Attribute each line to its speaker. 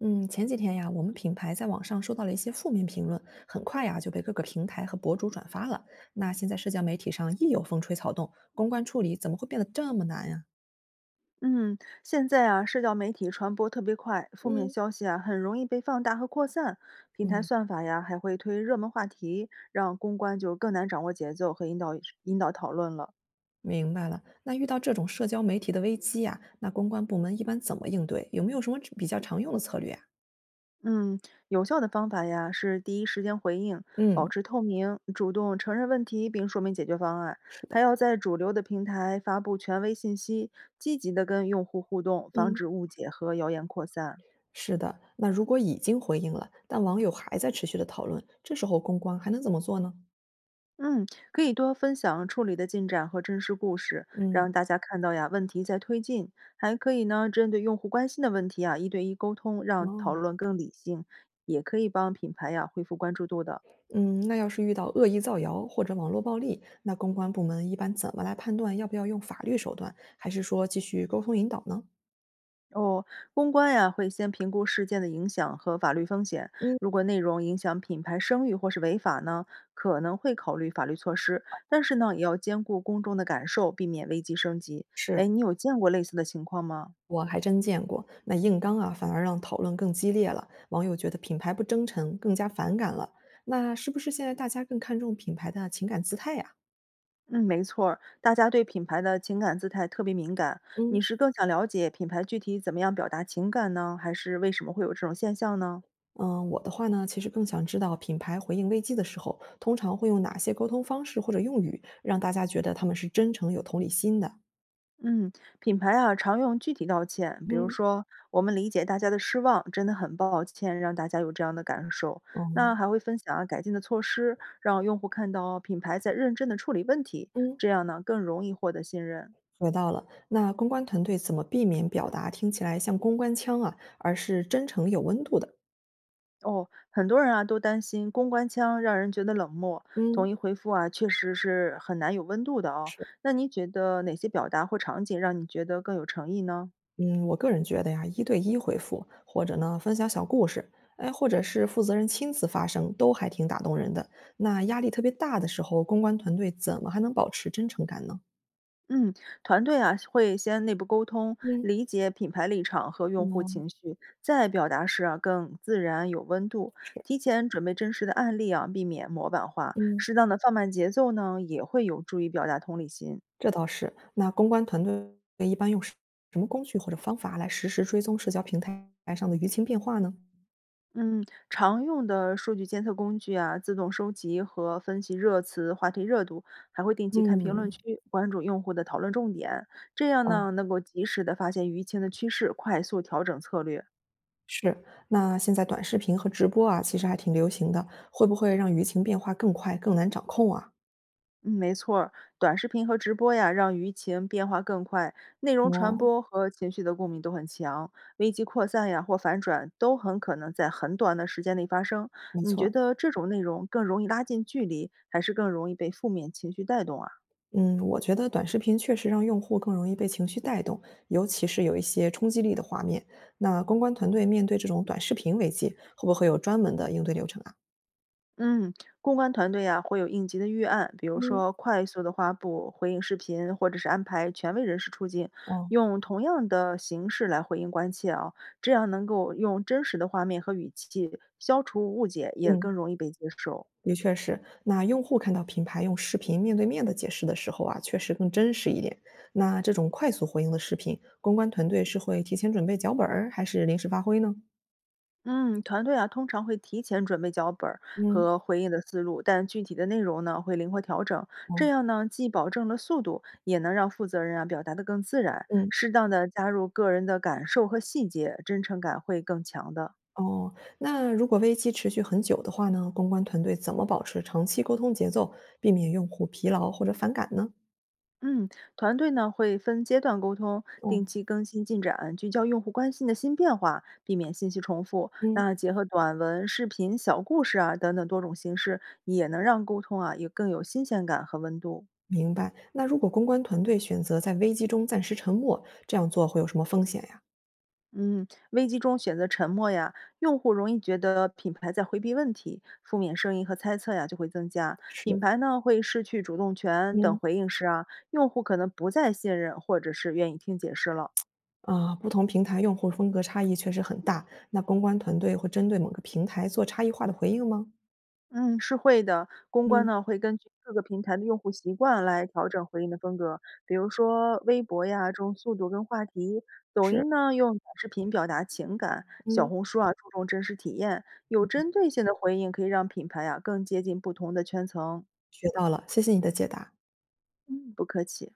Speaker 1: 嗯，前几天呀，我们品牌在网上收到了一些负面评论，很快呀就被各个平台和博主转发了。那现在社交媒体上一有风吹草动，公关处理怎么会变得这么难呀？
Speaker 2: 嗯，现在啊，社交媒体传播特别快，负面
Speaker 1: 嗯。
Speaker 2: 消息啊很容易被放大和扩散。平台
Speaker 1: 嗯。
Speaker 2: 算法呀还会推热门话题，让公关就更难掌握节奏和引导讨论了。
Speaker 1: 明白了。那遇到这种社交媒体的危机呀，那公关部门一般怎么应对？有没有什么比较常用的策略呀？
Speaker 2: 嗯，有效的方法呀是第一时间回应，保
Speaker 1: 嗯。
Speaker 2: 持透明，主动承认问题并说明解决方案，
Speaker 1: 是
Speaker 2: 还
Speaker 1: 的。
Speaker 2: 要在主流的平台发布权威信息，积极的跟用户互动，防
Speaker 1: 嗯。
Speaker 2: 止误解和谣言扩散。
Speaker 1: 是的。那如果已经回应了，但网友还在持续的讨论，这时候公关还能怎么做呢？
Speaker 2: 嗯，可以多分享处理的进展和真实故事，
Speaker 1: 嗯。
Speaker 2: 让大家看到呀问题在推进。还可以呢，针对用户关心的问题啊，一对一沟通，让讨
Speaker 1: 哦。
Speaker 2: 论更理性，也可以帮品牌呀恢复关注度的。
Speaker 1: 嗯，那要是遇到恶意造谣或者网络暴力，那公关部门一般怎么来判断要不要用法律手段，还是说继续沟通引导呢？
Speaker 2: 哦，公关呀会先评估事件的影响和法律风险，
Speaker 1: 嗯。
Speaker 2: 如果内容影响品牌声誉或是违法呢，可能会考虑法律措施。但是呢，也要兼顾公众的感受，避免危机升级。哎，
Speaker 1: 是。
Speaker 2: 你有见过类似的情况吗？
Speaker 1: 我还真见过，那硬刚啊，反而让讨论更激烈了，网友觉得品牌不真诚，更加反感了。那是不是现在大家更看重品牌的情感姿态呀？
Speaker 2: 嗯，没错儿，大家对品牌的情感姿态特别敏感。你
Speaker 1: 嗯。
Speaker 2: 是更想了解品牌具体怎么样表达情感呢，还是为什么会有这种现象呢？
Speaker 1: 我的话呢，其实更想知道品牌回应危机的时候，通常会用哪些沟通方式或者用语，让大家觉得他们是真诚、有同理心的。
Speaker 2: 嗯，品牌啊，常用具体道歉，比如
Speaker 1: 嗯。
Speaker 2: 说我们理解大家的失望，真的很抱歉让大家有这样的感受。那
Speaker 1: 哦。
Speaker 2: 还会分享啊改进的措施，让用户看到品牌在认真的处理问题，
Speaker 1: 嗯。
Speaker 2: 这样呢更容易获得信任。
Speaker 1: 学到了。那公关团队怎么避免表达听起来像公关腔啊，而是真诚有温度的？
Speaker 2: 哦，很多人啊都担心公关腔让人觉得冷漠，统一
Speaker 1: 嗯。
Speaker 2: 回复啊确实是很难有温度的哦。
Speaker 1: 是。
Speaker 2: 那你觉得哪些表达或场景让你觉得更有诚意呢？
Speaker 1: 嗯，我个人觉得呀，一对一回复，或者呢分享小故事，哎，或者是负责人亲自发声，都还挺打动人的。那压力特别大的时候，公关团队怎么还能保持真诚感呢？
Speaker 2: 嗯，团队啊会先内部沟通，
Speaker 1: 嗯。
Speaker 2: 理解品牌立场和用户
Speaker 1: 嗯。
Speaker 2: 情绪，在表达时啊更自然有温度。
Speaker 1: 是。
Speaker 2: 提前准备真实的案例啊，避免模板化，
Speaker 1: 嗯。
Speaker 2: 适当的放慢节奏呢，也会有助于表达同理心。
Speaker 1: 这倒是。那公关团队一般用什么工具或者方法来实时追踪社交平台上的舆情变化呢？
Speaker 2: 嗯，常用的数据监测工具啊，自动收集和分析热词、话题热度，还会定期看评论
Speaker 1: 嗯。
Speaker 2: 区，关注用户的讨论重点。这样
Speaker 1: 哦。
Speaker 2: 呢，能够及时的发现舆情的趋势，快速调整策略。
Speaker 1: 是，那现在短视频和直播啊，其实还挺流行的，会不会让舆情变化更快、更难掌控啊？
Speaker 2: 嗯，没错儿，短视频和直播呀，让舆情变化更快，内容传
Speaker 1: 哦。
Speaker 2: 播和情绪的共鸣都很强，危机扩散呀或反转都很可能在很短的时间内发生。
Speaker 1: 没
Speaker 2: 你觉
Speaker 1: 错。
Speaker 2: 得这种内容更容易拉近距离，还是更容易被负面情绪带动啊？
Speaker 1: 嗯，我觉得短视频确实让用户更容易被情绪带动，尤其是有一些冲击力的画面。那公关团队面对这种短视频危机，会不会有专门的应对流程啊？
Speaker 2: 嗯，公关团队啊会有应急的预案，比如
Speaker 1: 嗯。
Speaker 2: 说快速的发布回应视频，或者是安排权威人士出镜，
Speaker 1: 哦。
Speaker 2: 用同样的形式来回应关切啊，这样能够用真实的画面和语气消除误解，也更
Speaker 1: 嗯。
Speaker 2: 容易被接受。
Speaker 1: 的确是，那用户看到品牌用视频面对面的解释的时候啊，确实更真实一点。那这种快速回应的视频，公关团队是会提前准备脚本儿，还是临时发挥呢？
Speaker 2: 嗯，团队啊，通常会提前准备脚本儿
Speaker 1: 嗯。
Speaker 2: 和回应的思路，但具体的内容呢，会灵活调整。这
Speaker 1: 哦。
Speaker 2: 样呢，既保证了速度，也能让负责人啊表达的更自然。
Speaker 1: 嗯。
Speaker 2: 适当的加入个人的感受和细节，真诚感会更强的。
Speaker 1: 哦。那如果危机持续很久的话呢，公关团队怎么保持长期沟通节奏，避免用户疲劳或者反感呢？
Speaker 2: 嗯，团队呢会分阶段沟通，定
Speaker 1: 哦。
Speaker 2: 期更新进展，聚焦用户关心的新变化，避免信息重复。
Speaker 1: 嗯。
Speaker 2: 那结合短文、视频、小故事啊等等多种形式，也能让沟通啊也更有新鲜感和温度。
Speaker 1: 明白。那如果公关团队选择在危机中暂时沉默，这样做会有什么风险呀？
Speaker 2: 嗯，危机中选择沉默呀，用户容易觉得品牌在回避问题，负面声音和猜测呀就会增加，品
Speaker 1: 是。
Speaker 2: 牌呢会失去主动权。等
Speaker 1: 嗯。
Speaker 2: 回应时啊，用户可能不再信任或者是愿意听解释了。
Speaker 1: 啊，不同平台用户风格差异确实很大，那公关团队会针对某个平台做差异化的回应吗？
Speaker 2: 嗯，是会的。公关
Speaker 1: 嗯。
Speaker 2: 呢会根据各个平台的用户习惯来调整回应的风格，比如说微博呀，重速度跟话题；抖
Speaker 1: 是。
Speaker 2: 音呢用短视频表达情感；小
Speaker 1: 嗯。
Speaker 2: 红书啊注重真实体验。有针对性的回应可以让品牌啊更接近不同的圈层。
Speaker 1: 学到了，谢谢你的解答。
Speaker 2: 嗯，不客气。